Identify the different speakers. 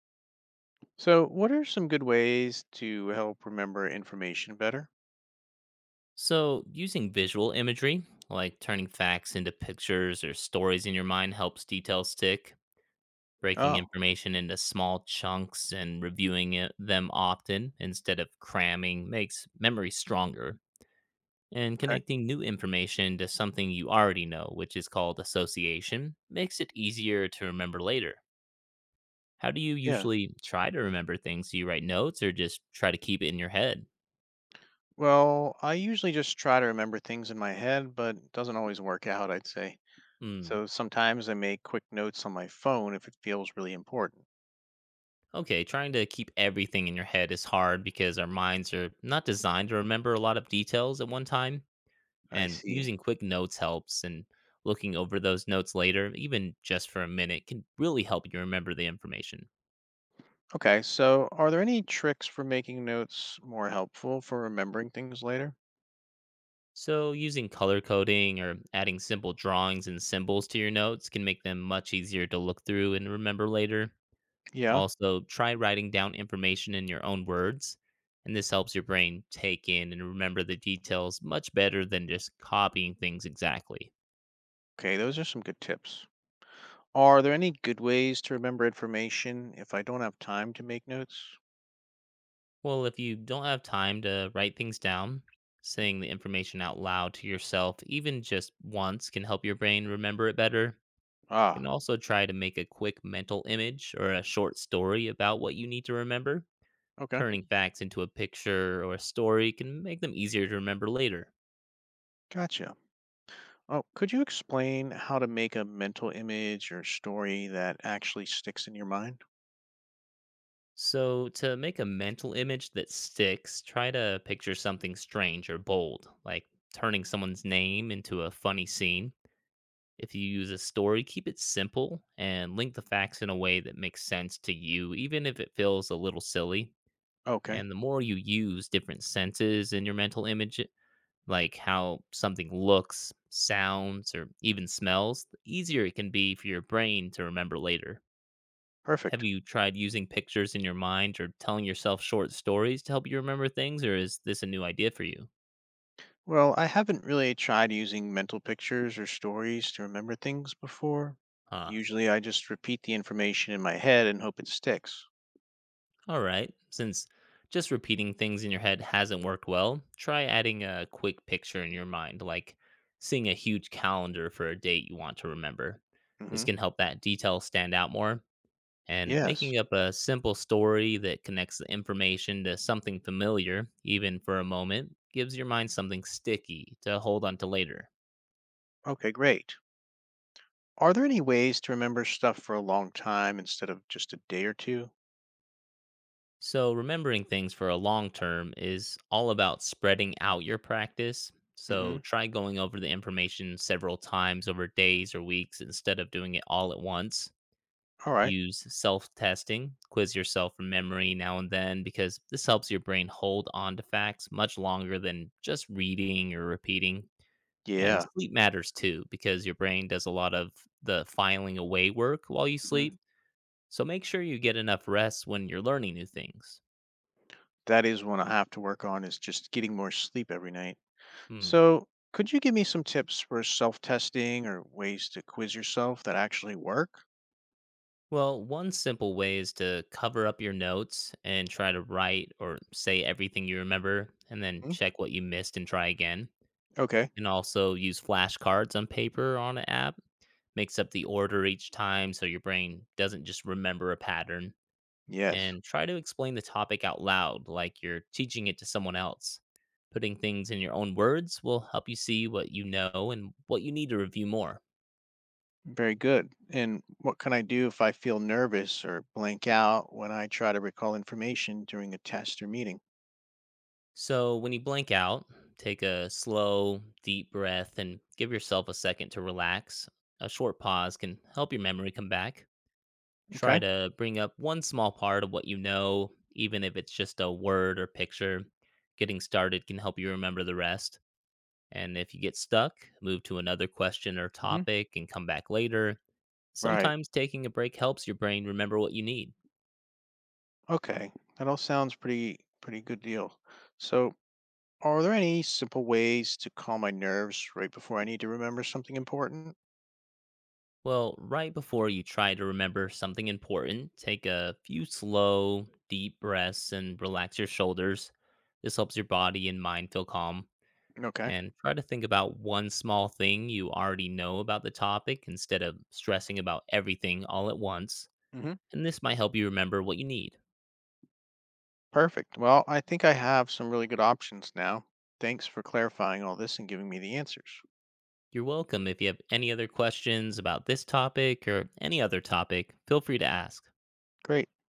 Speaker 1: So, what are some good ways to help remember information better?
Speaker 2: So, using visual imagery, like turning facts into pictures or stories in your mind, helps details stick. Breaking
Speaker 1: Oh,
Speaker 2: information into small chunks and reviewing them often instead of cramming makes memory stronger. And
Speaker 1: okay.
Speaker 2: connecting new information to something you already know, which is called association, makes it easier to remember later. How do you
Speaker 1: Yeah.
Speaker 2: usually try to remember things? Do you write notes or just try to keep it in your head?
Speaker 1: Well, I usually just try to remember things in my head, but it doesn't always work out, I'd say.
Speaker 2: Hmm.
Speaker 1: So sometimes I make quick notes on my phone if it feels really important.
Speaker 2: Okay, trying to keep everything in your head is hard because our minds are not designed to remember a lot of details at one time,
Speaker 1: I
Speaker 2: and using
Speaker 1: see.
Speaker 2: quick notes helps, and looking over those notes later, even just for a minute, can really help you remember the information.
Speaker 1: Okay. So, are there any tricks for making notes more helpful for remembering things later?
Speaker 2: So, using color coding or adding simple drawings and symbols to your notes can make them much easier to look through and remember later.
Speaker 1: Yeah.
Speaker 2: Also, try writing down information in your own words, and this helps your brain take in and remember the details much better than just copying things exactly.
Speaker 1: Okay. Those are some good tips. Are there any good ways to remember information if I don't have time to make notes?
Speaker 2: Well, if you don't have time to write things down, saying the information out loud to yourself, even just once, can help your brain remember it better. You can
Speaker 1: Ah,
Speaker 2: also try to make a quick mental image or a short story about what you need to remember.
Speaker 1: okay.
Speaker 2: Turning facts into a picture or a story can make them easier to remember later.
Speaker 1: Gotcha. Oh, could you explain how to make a mental image or story that actually sticks in your mind?
Speaker 2: So, to make a mental image that sticks, try to picture something strange or bold, like turning someone's name into a funny scene. If you use a story, keep it simple and link the facts in a way that makes sense to you, even if it feels a little silly.
Speaker 1: Okay,
Speaker 2: And the more you use different senses in your mental image, like how something looks, sounds, or even smells, the easier it can be for your brain to remember later. Have
Speaker 1: perfect.
Speaker 2: you tried using pictures in your mind or telling yourself short stories to help you remember things, or is this a new idea for you?
Speaker 1: Well, I haven't really tried using mental pictures or stories to remember things before.
Speaker 2: Huh.
Speaker 1: Usually I just repeat the information in my head and hope it sticks.
Speaker 2: All right. Since just repeating things in your head hasn't worked well, try adding a quick picture in your mind, like seeing a huge calendar for a date you want to remember. This
Speaker 1: Mm-hmm.
Speaker 2: can help that detail stand out more. And
Speaker 1: Yes.
Speaker 2: making up a simple story that connects the information to something familiar, even for a moment, gives your mind something sticky to hold on to later.
Speaker 1: Okay, great. Are there any ways to remember stuff for a long time instead of just a day or 2?
Speaker 2: So, remembering things for a long term is all about spreading out your practice. So,
Speaker 1: Mhm.
Speaker 2: try going over the information several times over days or weeks instead of doing it all at once.
Speaker 1: All right.
Speaker 2: Use self testing, quiz yourself from memory now and then, because this helps your brain hold on to facts much longer than just reading or repeating. And
Speaker 1: Yeah.
Speaker 2: sleep matters too, because your brain does a lot of the filing away work while you
Speaker 1: Mhm.
Speaker 2: sleep. So, make sure you get enough rest when you're learning new things.
Speaker 1: That is one I have to work on is just getting more sleep every night.
Speaker 2: Hmm.
Speaker 1: So, could you give me some tips for self-testing or ways to quiz yourself that actually work?
Speaker 2: Well, one simple way is to cover up your notes and try to write or say everything you remember, and then
Speaker 1: Mhm.
Speaker 2: check what you missed and try again.
Speaker 1: Okay.
Speaker 2: And also use flashcards on paper or on an app. Mix up the order each time so your brain doesn't just remember a pattern.
Speaker 1: Yes.
Speaker 2: And try to explain the topic out loud, like you're teaching it to someone else. Putting things in your own words will help you see what you know and what you need to review more.
Speaker 1: Very good. And what can I do if I feel nervous or blank out when I try to recall information during a test or meeting?
Speaker 2: So, when you blank out, take a slow, deep breath and give yourself a second to relax. A short pause can help your memory come back. Try
Speaker 1: Okay.
Speaker 2: to bring up one small part of what you know, even if it's just a word or picture. Getting started can help you remember the rest. And if you get stuck, move to another question or
Speaker 1: Mhm.
Speaker 2: topic and come back later.
Speaker 1: Right.
Speaker 2: Sometimes taking a break helps your brain remember what you need.
Speaker 1: Okay, that all sounds pretty good deal. So, are there any simple ways to calm my nerves right before I need to remember something important?
Speaker 2: Well, right before you try to remember something important, take a few slow, deep breaths and relax your shoulders. This helps your body and mind feel calm.
Speaker 1: Okay,
Speaker 2: And try to think about one small thing you already know about the topic instead of stressing about everything all at once.
Speaker 1: hmm
Speaker 2: And this might help you remember what you need.
Speaker 1: perfect. Well, I think I have some really good options now. Thanks for clarifying all this and giving me the answers.
Speaker 2: You're welcome. If you have any other questions about this topic or any other topic, feel free to ask.
Speaker 1: Great.